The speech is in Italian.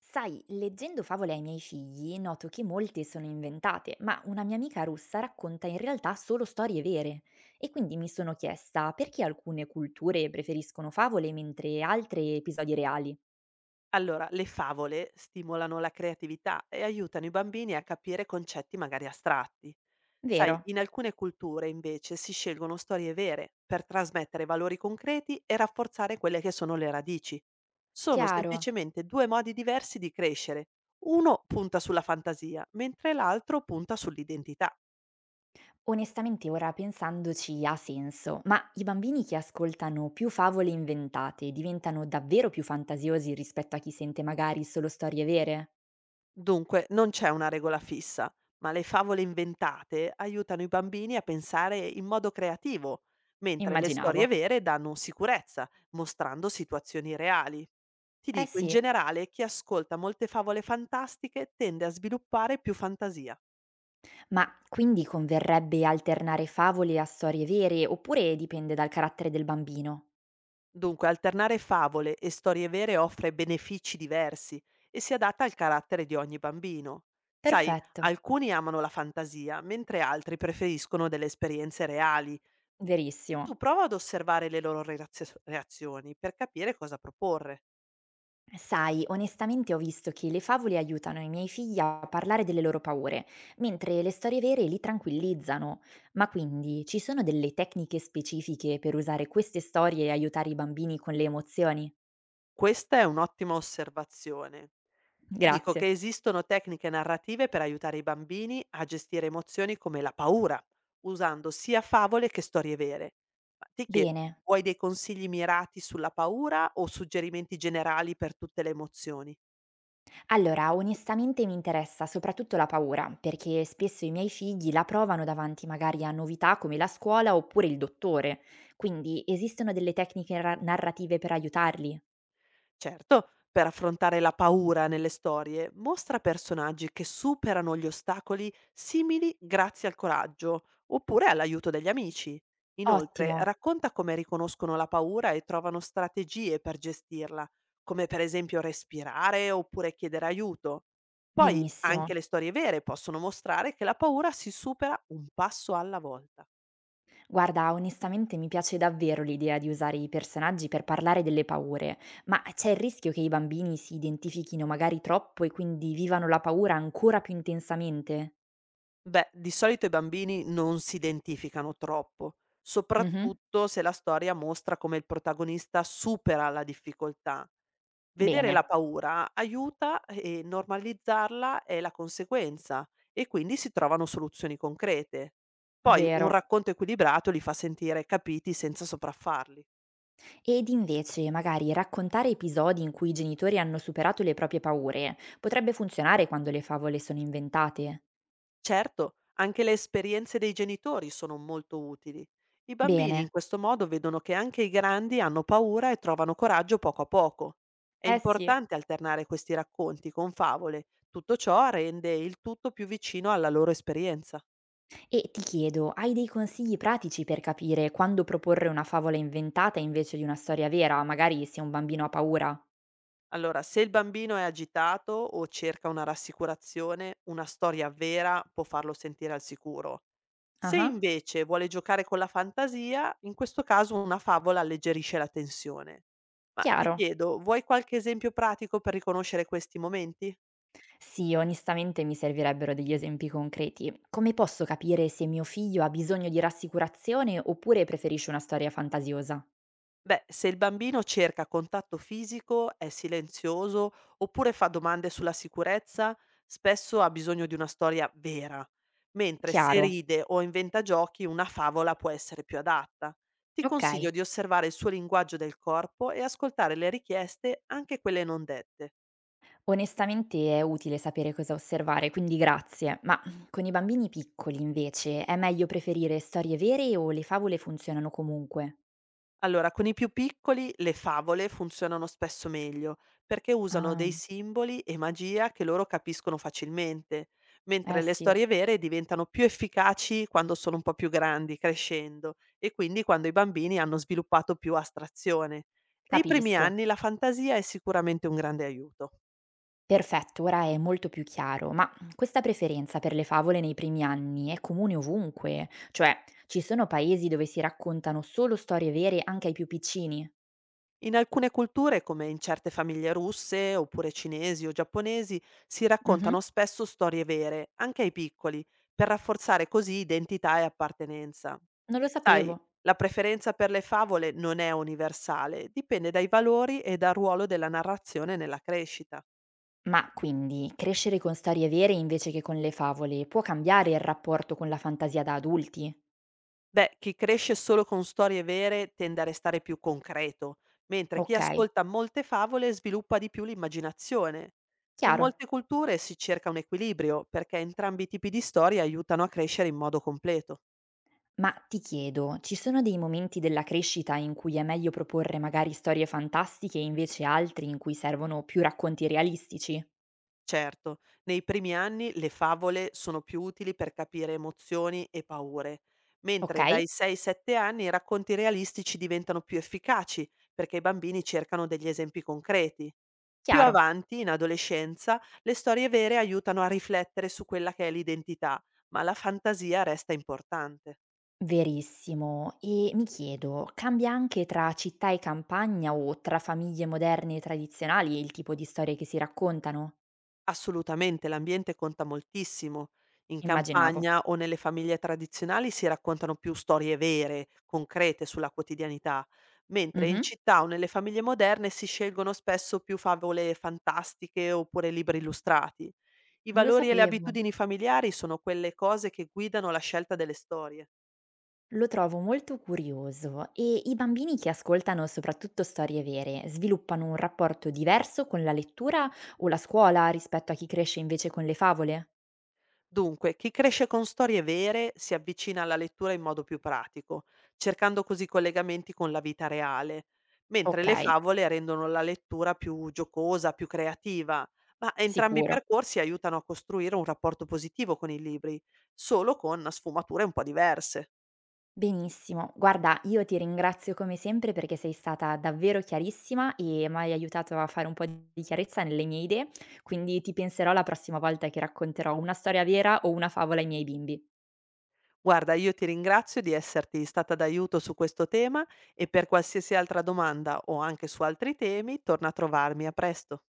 Sai, leggendo favole ai miei figli, noto che molte sono inventate, ma una mia amica russa racconta in realtà solo storie vere. E quindi mi sono chiesta perché alcune culture preferiscono favole mentre altre episodi reali. Allora, le favole stimolano la creatività e aiutano i bambini a capire concetti magari astratti. Vero, Sai, in alcune culture invece si scelgono storie vere per trasmettere valori concreti e rafforzare quelle che sono le radici. Sono chiaro. semplicemente due modi diversi di crescere. Uno punta sulla fantasia, mentre l'altro punta sull'identità. Onestamente ora pensandoci ha senso, ma i bambini che ascoltano più favole inventate diventano davvero più fantasiosi rispetto a chi sente magari solo storie vere? Dunque, non c'è una regola fissa, ma le favole inventate aiutano i bambini a pensare in modo creativo, mentre le storie Immaginavo. vere danno sicurezza, mostrando situazioni reali. Ti Eh dico, in sì, generale, chi ascolta molte favole fantastiche tende a sviluppare più fantasia. ma quindi converrebbe alternare favole a storie vere oppure dipende dal carattere del bambino? Dunque, alternare favole e storie vere offre benefici diversi e si adatta al carattere di ogni bambino. Sai, Perfetto, alcuni amano la fantasia, mentre altri preferiscono delle esperienze reali. M- Tu verissimo. prova ad osservare le loro reazioni per capire cosa proporre. Sai, onestamente ho visto che le favole aiutano i miei figli a parlare delle loro paure, mentre le storie vere li tranquillizzano. Ma quindi ci sono delle tecniche specifiche per usare queste storie e aiutare i bambini con le emozioni? Questa è un'ottima osservazione. Ti dico che Grazie. esistono tecniche narrative per aiutare i bambini a gestire emozioni come la paura, usando sia favole che storie vere. Ma ti chiedo, Bene. vuoi dei consigli mirati sulla paura o suggerimenti generali per tutte le emozioni? Allora, onestamente mi interessa soprattutto la paura, perché spesso i miei figli la provano davanti magari a novità come la scuola oppure il dottore. Quindi esistono delle tecniche narrative per aiutarli? Certo, per affrontare la paura nelle storie, mostra personaggi che superano gli ostacoli simili grazie al coraggio, oppure all'aiuto degli amici. Inoltre, Ottimo, racconta come riconoscono la paura e trovano strategie per gestirla, come per esempio respirare oppure chiedere aiuto. Poi benissimo. anche le storie vere possono mostrare che la paura si supera un passo alla volta. Guarda, onestamente mi piace davvero l'idea di usare i personaggi per parlare delle paure, ma c'è il rischio che i bambini si identifichino magari troppo e quindi vivano la paura ancora più intensamente? Beh, di solito i bambini non si identificano troppo, Mhm, soprattutto se la storia mostra come il protagonista supera la difficoltà. Vedere bene, la paura aiuta e normalizzarla è la conseguenza e quindi si trovano soluzioni concrete. Poi un vero. racconto equilibrato li fa sentire capiti senza sopraffarli. Ed invece, magari raccontare episodi in cui i genitori hanno superato le proprie paure potrebbe funzionare quando le favole sono inventate. Certo, anche le esperienze dei genitori sono molto utili. I bambini in Bene. questo modo vedono che anche i grandi hanno paura e trovano coraggio poco a poco. È Eh sì. importante alternare questi racconti con favole. Tutto ciò rende il tutto più vicino alla loro esperienza. E ti chiedo, hai dei consigli pratici per capire quando proporre una favola inventata invece di una storia vera, magari se un bambino ha paura? Allora, se il bambino è agitato o cerca una rassicurazione, una storia vera può farlo sentire al sicuro. Se Ah, invece vuole giocare con la fantasia, in questo caso una favola alleggerisce la tensione. Ma ti chiaro. chiedo, vuoi qualche esempio pratico per riconoscere questi momenti? Sì, onestamente mi servirebbero degli esempi concreti. Come posso capire se mio figlio ha bisogno di rassicurazione oppure preferisce una storia fantasiosa? Beh, se il bambino cerca contatto fisico, è silenzioso oppure fa domande sulla sicurezza, spesso ha bisogno di una storia vera, mentre se Chiaro. ride o inventa giochi, una favola può essere più adatta. Ti Ok. consiglio di osservare il suo linguaggio del corpo e ascoltare le richieste, anche quelle non dette. Onestamente è utile sapere cosa osservare, quindi grazie, ma con i bambini piccoli invece è meglio preferire storie vere o le favole funzionano comunque? Allora, con i più piccoli le favole funzionano spesso meglio, perché usano Ah, dei simboli e magia che loro capiscono facilmente, eh mentre le sì, storie vere diventano più efficaci quando sono un po' più grandi, crescendo, e quindi quando i bambini hanno sviluppato più astrazione. Nei primi capisco. anni la fantasia è sicuramente un grande aiuto. Perfetto, ora è molto più chiaro, ma questa preferenza per le favole nei primi anni è comune ovunque, cioè ci sono paesi dove si raccontano solo storie vere anche ai più piccini? In alcune culture, come in certe famiglie russe, oppure cinesi o giapponesi, si Mhm, raccontano spesso storie vere, anche ai piccoli, per rafforzare così identità e appartenenza. non lo Sai, sapevo. la preferenza per le favole non è universale, dipende dai valori e dal ruolo della narrazione nella crescita. Ma quindi crescere con storie vere invece che con le favole può cambiare il rapporto con la fantasia da adulti? Beh, chi cresce solo con storie vere tende a restare più concreto, mentre chi Ok, ascolta molte favole sviluppa di più l'immaginazione. In chiaro. molte culture si cerca un equilibrio, perché entrambi i tipi di storie aiutano a crescere in modo completo. Ma ti chiedo, ci sono dei momenti della crescita in cui è meglio proporre magari storie fantastiche e invece altri in cui servono più racconti realistici? Certo, nei primi anni le favole sono più utili per capire emozioni e paure, Ok, mentre dai 6-7 anni i racconti realistici diventano più efficaci, perché i bambini cercano degli esempi concreti. Più chiaro. avanti, in adolescenza, le storie vere aiutano a riflettere su quella che è l'identità, ma la fantasia resta importante. Verissimo. E mi chiedo, cambia anche tra città e campagna o tra famiglie moderne e tradizionali il tipo di storie che si raccontano? Assolutamente, l'ambiente conta moltissimo. In Immaginavo. campagna o nelle famiglie tradizionali si raccontano più storie vere, concrete sulla quotidianità, mentre in Mhm, città o nelle famiglie moderne si scelgono spesso più favole fantastiche oppure libri illustrati. I non lo valori e le sapevo. abitudini familiari sono quelle cose che guidano la scelta delle storie. Lo trovo molto curioso e i bambini che ascoltano soprattutto storie vere sviluppano un rapporto diverso con la lettura o la scuola rispetto a chi cresce invece con le favole? Dunque, chi cresce con storie vere si avvicina alla lettura in modo più pratico, cercando così collegamenti con la vita reale, mentre Ok, le favole rendono la lettura più giocosa, più creativa, ma entrambi i sicuro. percorsi aiutano a costruire un rapporto positivo con i libri, solo con sfumature un po' diverse. Benissimo, guarda, io ti ringrazio come sempre perché sei stata davvero chiarissima e mi hai aiutato a fare un po' di chiarezza nelle mie idee, quindi ti penserò la prossima volta che racconterò una storia vera o una favola ai miei bimbi. Guarda, io ti ringrazio di esserti stata d'aiuto su questo tema e per qualsiasi altra domanda o anche su altri temi, torna a trovarmi, a presto.